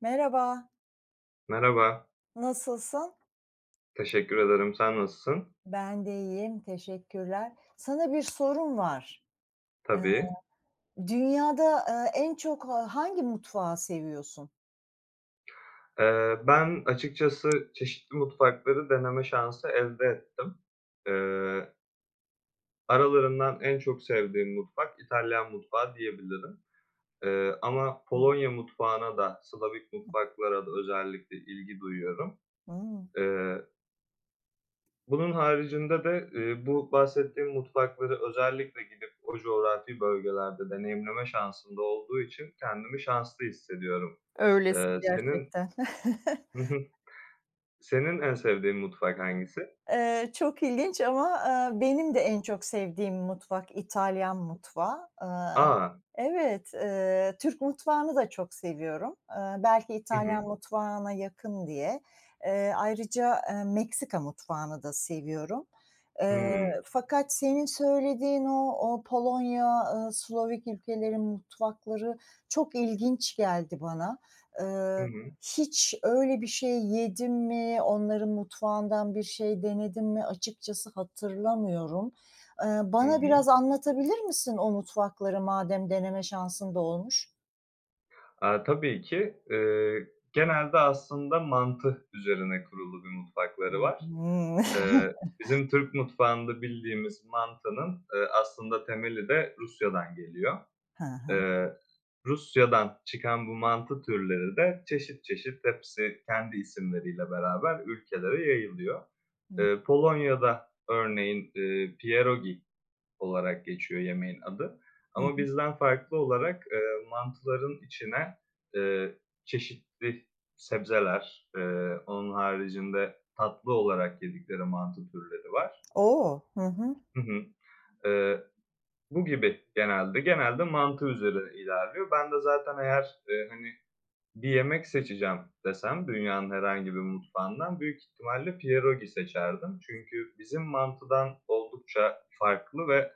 Merhaba, Merhaba, nasılsın? teşekkür ederim. Sen nasılsın? Ben de iyiyim, teşekkürler. Sana bir sorum var. Eee, Tabii. dünyada, en çok hangi mutfağı seviyorsun? Ben açıkçası çeşitli mutfakları deneme şansı elde ettim. Eee, aralarından en çok sevdiğim mutfak İtalyan mutfağı diyebilirim. Ama Hıı. Polonya mutfağına da, Slavik mutfaklara da özellikle ilgi duyuyorum. Eee, bunun haricinde de, bu bahsettiğim mutfakları özellikle gidip o coğrafi bölgelerde deneyimleme şansım da olduğu için kendimi şanslı hissediyorum. Öylesi Senin gerçekten. Senin en sevdiğin mutfak hangisi? Çok ilginç ama, benim de en çok sevdiğim mutfak İtalyan mutfağı. A! Evet, Türk mutfağını da çok seviyorum. Belki Hı hı. İtalyan mutfağına yakın diye. Ayrıca, Meksika mutfağını da seviyorum. Eee, Hımm. fakat senin söylediğin o Polonya, Slovak ülkelerin mutfakları çok ilginç geldi bana. Hı Eee hı. hiç öyle bir şey yedim mi, onların mutfağından bir şey denedim mi açıkçası hatırlamıyorum. Hı Bana hı. biraz anlatabilir misin o mutfakları madem deneme şansın da olmuş? Aaa, tabii ki, genelde aslında mantı üzerine kurulu bir mutfakları var. Hımm. Eee, bizim Türk mutfağında bildiğimiz mantının, aslında temeli de Rusya'dan geliyor. Hı hı. Eee, Rusya'dan çıkan bu mantı türleri de çeşit çeşit hepsi kendi isimleriyle beraber ülkelere yayılıyor. Hı. Polonya'da örneğin, pierogi olarak geçiyor yemeğin adı. Hı Ama bizden farklı olarak, mantıların içine, eee, çeşitli sebzeler, onun haricinde tatlı olarak yedikleri mantı türleri var. O! Hı hı. Hı hı. Eee, bu gibi genelde. Genelde mantı üzerine ilerliyor. Ben de zaten eğer, hani, bir yemek seçeceğim desem dünyanın herhangi bir mutfağından büyük ihtimalle pierogi seçerdim. Çünkü bizim mantıdan oldukça farklı ve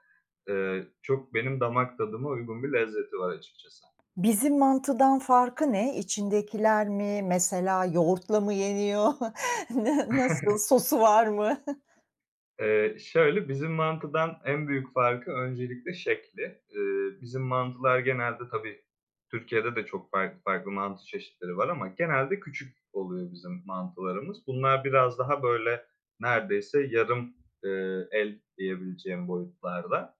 Çok benim damak tadıma uygun bir lezzeti var açıkçası. Bizim mantıdan farkı ne? İçindekiler mi? Mesela yoğurtla mı yeniyor? Nasıl? Sosu var mı? Şöyle, bizim mantıdan en büyük farkı öncelikle şekli. Bizim mantılar genelde tabii Türkiye'de de çok farklı farklı mantı çeşitleri var ama genelde küçük oluyor bizim mantılarımız. Bunlar biraz daha böyle neredeyse yarım, el diyebileceğim boyutlarda.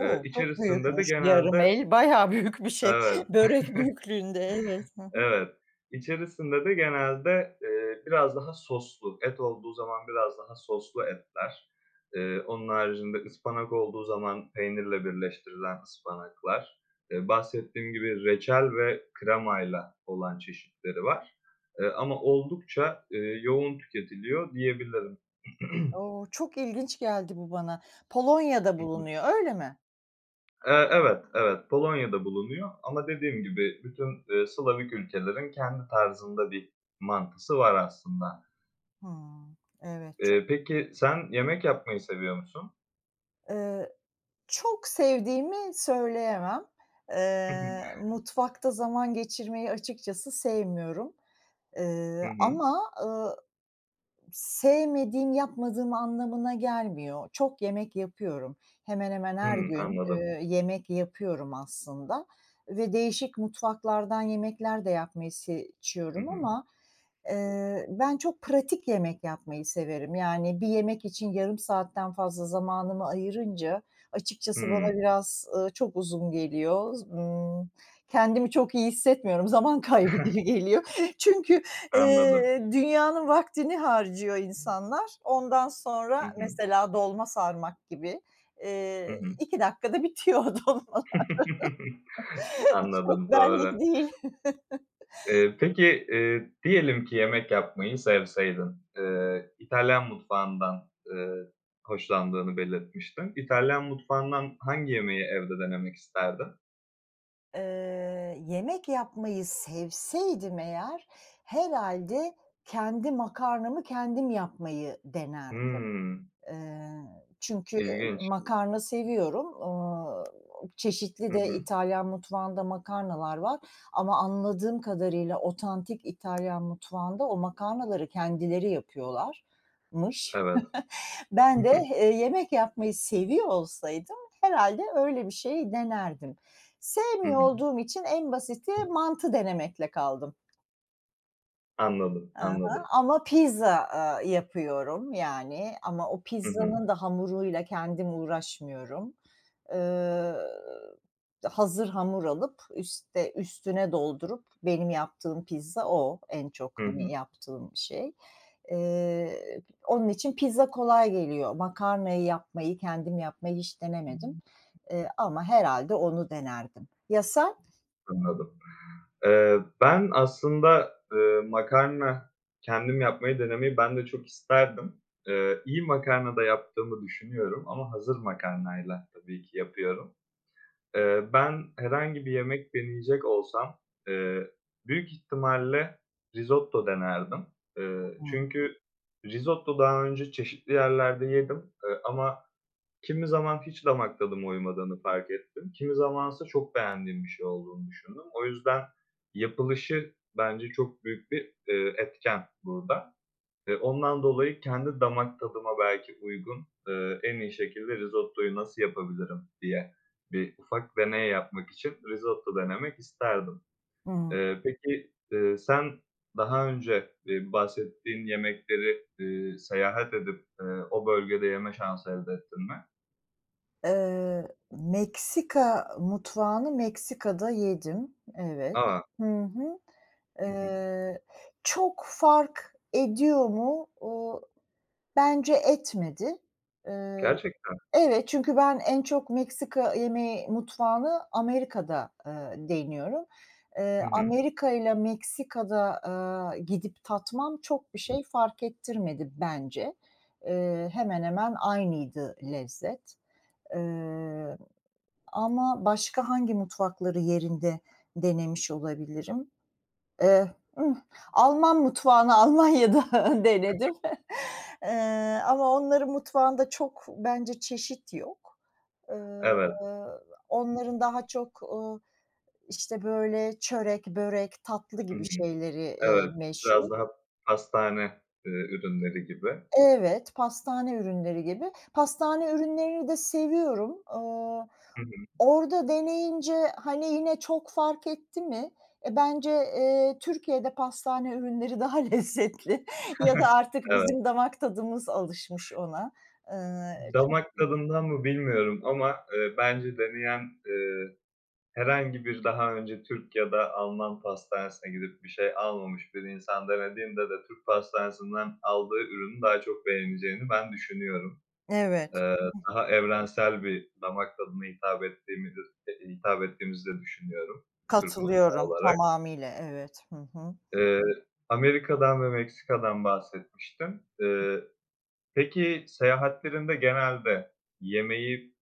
Çok İçerisinde de büyükmüş. Yarım genelde... el bayağı büyük bir şey. Evet. Börek büyüklüğünde, evet. Hı hı. Evet. İçerisinde de genelde, biraz daha soslu, et olduğu zaman biraz daha soslu etler, onun haricinde ıspanak olduğu zaman peynirle birleştirilen ıspanaklar, bahsettiğim gibi reçel ve kremayla olan çeşitleri var. Ama oldukça, yoğun tüketiliyor diyebilirim. O! Çok ilginç geldi bu bana. Polonya'da bulunuyor, öyle mi? Evet, evet, Polonya'da bulunuyor ama dediğim gibi bütün, Slavik ülkelerin kendi tarzında bir mantısı var aslında. Hımm. Evet, çok, Peki sen yemek yapmayı seviyor musun? eee, çok sevdiğimi söyleyemem. Hı hı. Mutfakta zaman geçirmeyi açıkçası sevmiyorum. Hı Eee, hı. ama, ııı Sevmediğim, yapmadığım anlamına gelmiyor. Çok yemek yapıyorum. Hemen hemen her Hımm, gün, anladım. Yemek yapıyorum aslında ve değişik mutfaklardan yemekler de yapmayı Hı seçiyorum hı. ama, ben çok pratik yemek yapmayı severim. Yani bir yemek için yarım saatten fazla zamanımı ayırınca açıkçası bana Hımm, biraz, çok uzun geliyor. Kendimi çok iyi hissetmiyorum. Zaman kaybı gibi geliyor. Çünkü anladım. Eee, dünyanın vaktini harcıyor insanlar. Ondan sonra Hı hı. mesela dolma sarmak gibi, Hı hı. 2 dakikada bitiyor dolma. Çok Anladım, doğru. benlik değil. Peki, diyelim ki yemek yapmayı sevseydin, İtalyan mutfağından, hoşlandığını belirtmiştin. İtalyan mutfağından hangi yemeği evde denemek isterdin? Eee, yemek yapmayı sevseydim eğer herhalde kendi makarnamı kendim yapmayı denerdim. Hımm, Eee, çünkü ilginç. makarna seviyorum. Aaa, çeşitli Hı de hı. İtalyan mutfağında makarnalar var ama anladığım kadarıyla otantik İtalyan mutfağında o makarnaları kendileri yapıyorlarmış. Evet. Ben de, yemek yapmayı seviyor olsaydım herhâlde öyle bir şey denerdim. Hı hı. Sevmiyor Hı hı. olduğum için en basiti mantı denemekle kaldım. Anladım, Hı hı. anladım. Ama pizza, aaa, yapıyorum yani ama o Hı hı. pizzanın da hamuruyla kendim uğraşmıyorum. Eee, hazır hamur alıp üste üstüne doldurup benim yaptığım pizza o en çok, Hı hani, hı. yaptığım şey. Eee, onun için pizza kolay geliyor. Makarnayı yapmayı, kendim yapmayı hiç denemedim, ama herhâlde onu denerdim. Ya sen? Anladım. Ben aslında, makarna kendim yapmayı denemeyi ben de çok isterdim. İyi makarna da yaptığımı düşünüyorum ama hazır makarnayla tabii ki yapıyorum. Ben herhangi bir yemek deneyecek olsam, eee, büyük ihtimalle risotto denerdim. Eee, Hıı. çünkü risotto daha önce çeşitli yerlerde yedim, ama kimi zaman hiç damak tadıma uymadığını fark ettim. Kimi zamansa çok beğendiğim bir şey olduğunu düşündüm. O yüzden yapılışı bence çok büyük bir, etken burada. Ondan dolayı kendi damak tadıma belki uygun, en iyi şekilde risottoyu nasıl yapabilirim diye bir ufak deney yapmak için risotto denemek isterdim. Hı hı. Peki, sen daha önce, bahsettiğin yemekleri, seyahat edip, o bölgede yeme şansı elde ettin mi? Meksika mutfağını Meksika'da yedim. Evet. A! Hı hı. Hı hı. Eee, çok fark ediyor mu? Bence etmedi. Eee, Gerçekten. evet, çünkü ben en çok Meksika yemeği mutfağını Amerika'da, deniyorum. Hı hı. Amerika ile Meksika'da, aaa, gidip tatmam çok bir şey fark ettirmedi bence. Hemen hemen aynıydı lezzet. Eee ama başka hangi mutfakları yerinde denemiş olabilirim? Eee, ıh, Alman mutfağını Almanya'da denedim. Ama onların mutfağında çok bence çeşit yok. Eee, Evet. onların daha çok, işte, böyle çörek, börek, tatlı Hı gibi hı. şeyleri, Evet. meşhur. Biraz daha pastane, ürünleri gibi. Evet, pastane ürünleri gibi. Pastane ürünlerini de seviyorum. Eh, Hı hı. Orada deneyince, hani, yine çok fark etti mi? Bence, Türkiye'de pastane ürünleri daha lezzetli ya da artık Evet. bizim damak tadımız alışmış ona. Eee, çok Damak tadından mı bilmiyorum ama, bence deneyen, eee, herhangi bir daha önce Türk ya da Alman pastanesine gidip bir şey almamış bir insan denediğinde de Türk pastanesinden aldığı ürünü daha çok beğeneceğini ben düşünüyorum. Evet, Eee, daha evrensel bir damak tadına hitap ettiğimizi de düşünüyorum Türk mutfağı katılıyorum olarak. tamamıyla, evet. Hı hı. Eee, Amerika'dan ve Meksika'dan bahsetmiştin. Peki seyahatlerinde genelde yemeği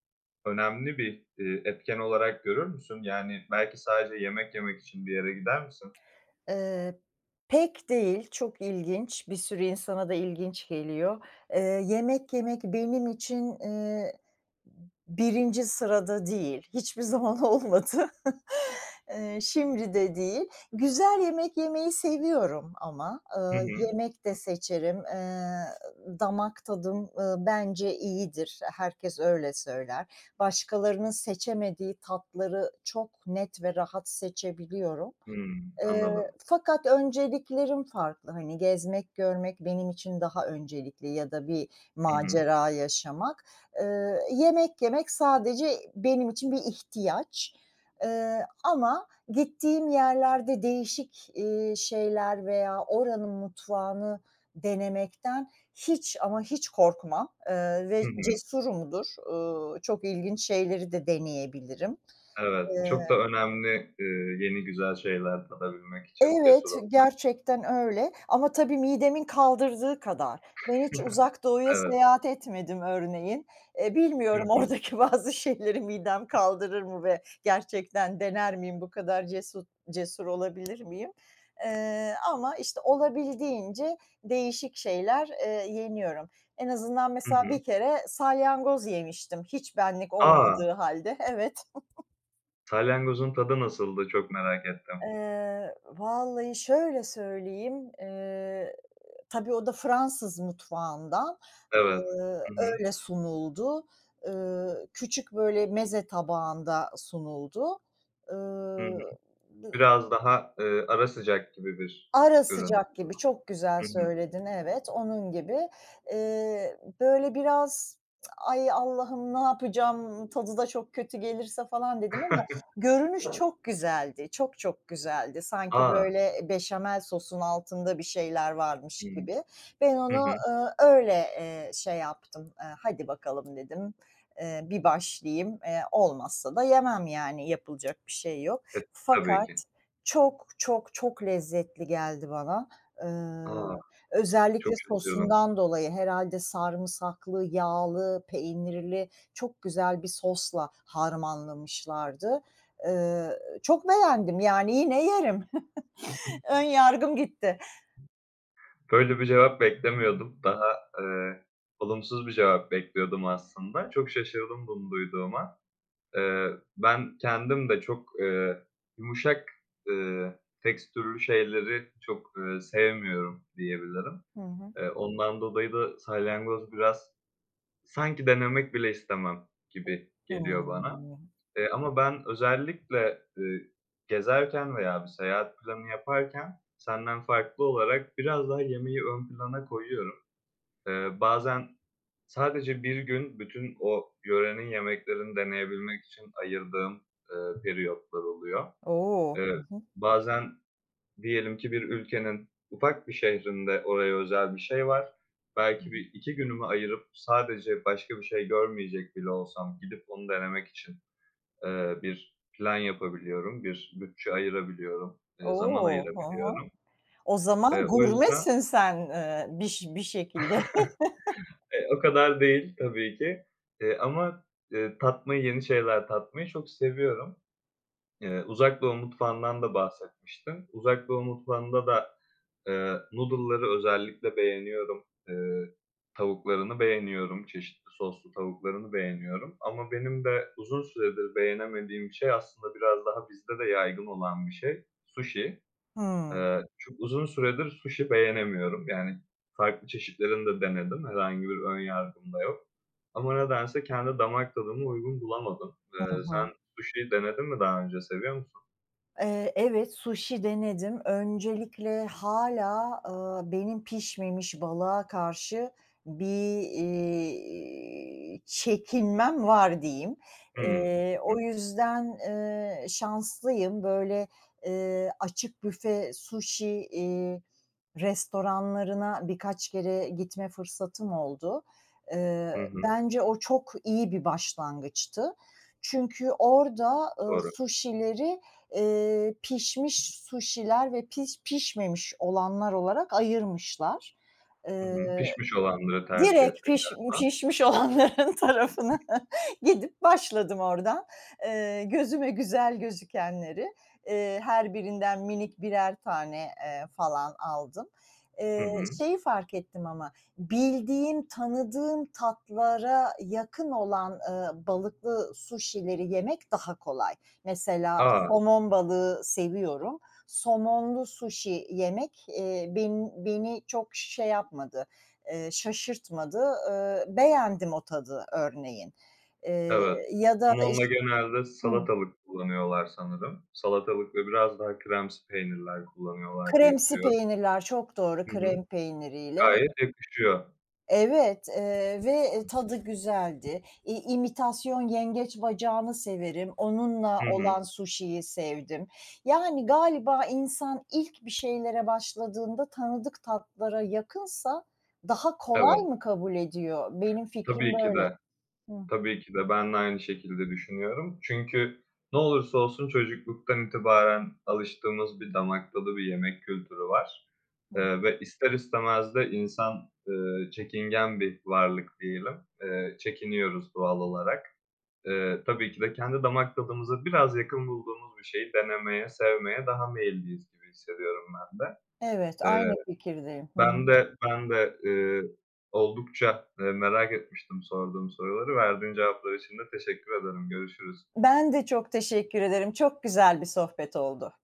önemli bir, etken olarak görür müsün? Yani belki sadece yemek yemek için bir yere gider misin? Eee, pek değil, çok ilginç, bir sürü insana da ilginç geliyor. Eee, yemek yemek benim için, 1. sırada değil, hiçbir zaman olmadı. Şimdi de değil. Güzel yemek yemeyi seviyorum ama, Hı hı. yemek de seçerim. Damak tadım, bence iyidir. Herkes öyle söyler. Başkalarının seçemediği tatları çok net ve rahat seçebiliyorum. Hımm, anladım. Fakat önceliklerim farklı. Hani, gezmek, görmek benim için daha öncelikli ya da bir Hı hı. macera yaşamak. Yemek yemek sadece benim için bir ihtiyaç, ama gittiğim yerlerde değişik, şeyler veya oranın mutfağını denemekten hiç ama hiç korkmam, Hı ve hı. cesurumdur. Çok ilginç şeyleri de deneyebilirim. Evet, Eee çok da önemli, eee, yeni güzel şeyler tadabilmek için cesur Evet, olmak. gerçekten öyle ama tabii midemin kaldırdığı kadar. Ben hiç Uzak Doğu'ya Evet. seyahat etmedim örneğin. Hı Bilmiyorum hı. oradaki bazı şeyleri midem kaldırır mı ve gerçekten dener miyim, bu kadar cesur olabilir miyim? Ama, işte, olabildiğince değişik şeyler, yeniyorum. En azından Hı mesela hı. bir kere salyangoz yemiştim hiç benlik A! olmadığı halde. Evet. Salyangozun tadı nasıldı? Çok merak ettim. Vallahi şöyle söyleyeyim, Tabii o da Fransız mutfağından, Evet. Hı hı. öyle sunuldu. Küçük böyle meze tabağında sunuldu. Hı hı. Iıı, bı Biraz daha, ara sıcak gibi bir Ara ürün. sıcak gibi, çok güzel Hı hı. söyledin, evet, onun gibi. Böyle biraz, "Ay, Allah'ım ne yapacağım, tadı da çok kötü gelirse." falan dedim ama görünüş çok güzeldi, çok çok güzeldi. Sanki A! böyle beşamel sosun altında bir şeyler varmış Hımm. gibi. Ben Hı onu, hı. Öyle, şey yaptım, "Hadi bakalım." dedim, "Bir başlayayım." Olmazsa da yemem yani, yapılacak bir şey yok. E, tabii Fakat ki. çok, çok, çok lezzetli geldi bana. A! Eee, Çok özellikle şaşırdım. sosundan dolayı herhâlde sarımsaklı, yağlı, peynirli çok güzel bir sosla harmanlamışlardı. Eee, çok beğendim, yani yine yerim. Ön yargım gitti. Böyle bir cevap beklemiyordum. Daha, eee, olumsuz bir cevap bekliyordum aslında. Çok şaşırdım bunu duyduğuma. Eee, ben kendim de çok, yumuşak, tekstürlü şeyleri çok, sevmiyorum diyebilirim. Hı hı. Ondan dolayı da salyangoz biraz sanki denemek bile istemem gibi geliyor bana. Hımm. Ama ben özellikle, gezerken veya bir seyahat planı yaparken senden farklı olarak biraz daha yemeği ön plana koyuyorum. Bazen sadece bir gün bütün o yörenin yemeklerini deneyebilmek için ayırdığım, eee, periyotlar oluyor. O! Hı Eee, hı. bazen diyelim ki bir ülkenin ufak bir şehrinde oraya özel bir şey var. Hı hı. Belki bir 2 günümü ayırıp sadece başka bir şey görmeyecek bile olsam gidip onu denemek için bir plan yapabiliyorum, bir bütçe ayırabiliyorum, zaman O! Hı hı. ayırabiliyorum. O Eee, zaman o yüzden gurmesin sen, bir bir şekilde. O kadar değil tabii ki, ama, tatmayı, yeni şeyler tatmayı çok seviyorum. Uzak Doğu mutfağından da bahsetmiştim. Uzak Doğu mutfağında da, noodle'ları özellikle beğeniyorum. Tavuklarını beğeniyorum, çeşitli soslu tavuklarını beğeniyorum ama benim de uzun süredir beğenemediğim şey aslında biraz daha bizde de yaygın olan bir şey, sushi. Hımm. Çok uzun süredir sushi beğenemiyorum. Yani, farklı çeşitlerini de denedim. Herhangi bir ön yargım da yok. Ama nedense kendi damak tadıma uygun bulamadım. Hı Eee, hı. sen sushi denedin mi daha önce? Seviyor musun? Evet, sushi denedim. Öncelikle hâlâ, benim pişmemiş balığa karşı bir, çekinmem var diyeyim. Hımm. Hı O yüzden, şanslıyım. Böyle, açık büfe sushi restoranlarına birkaç kere gitme fırsatım oldu. Hı, hı. Hı. Bence o çok iyi bir başlangıçtı. Çünkü orada, Doğru. suşileri, pişmiş suşiler ve pişmemiş olanlar olarak ayırmışlar. Hı Eee hı. Pişmiş olanları tercih Direkt ettin galiba. pişmiş olanların tarafına gidip başladım oradan. Gözüme güzel gözükenleri, her birinden minik birer tane, falan aldım. Hı hı. Şeyi fark ettim ama bildiğim, tanıdığım tatlara yakın olan, balıklı suşileri yemek daha kolay. Mesela A! somon balığı seviyorum. Somonlu suşi yemek, ben beni çok şey yapmadı, şaşırtmadı. Beğendim o tadı örneğin. Eee, Evet. ya da Somonla genelde Hıı. salatalık kullanıyorlar sanırım. Salatalık ve biraz daha kremsi peynirler kullanıyorlar diye Kremsi biliyorum. peynirler çok doğru, Hı hı. krem peyniriyle. Gayet yakışıyor. Evet, ve, tadı güzeldi. İmitasyon yengeç bacağını severim. Onunla Hı hı. olan suşiyi sevdim. Yani galiba insan ilk bir şeylere başladığında tanıdık tatlara yakınsa daha kolay Evet. mı kabul ediyor? Benim fikrim Tabii ki böyle. de. Hı Tabii ki de ben de aynı şekilde düşünüyorum. Çünkü ne olursa olsun çocukluktan itibaren alıştığımız bir damak tadı, bir yemek kültürü var, hı. Ve ister istemez de insan, çekingen bir varlık diyelim. Çekiniyoruz doğal olarak. Tabii ki de kendi damak tadımıza biraz yakın bulduğumuz bir şeyi denemeye, sevmeye daha meyilliyiz gibi hissediyorum ben de. Evet, aynı fikirdeyim. Hı. Ben de, oldukça, merak etmiştim sorduğum soruları. Verdiğin cevaplar için de teşekkür ederim. Görüşürüz. Ben de çok teşekkür ederim. Çok güzel bir sohbet oldu.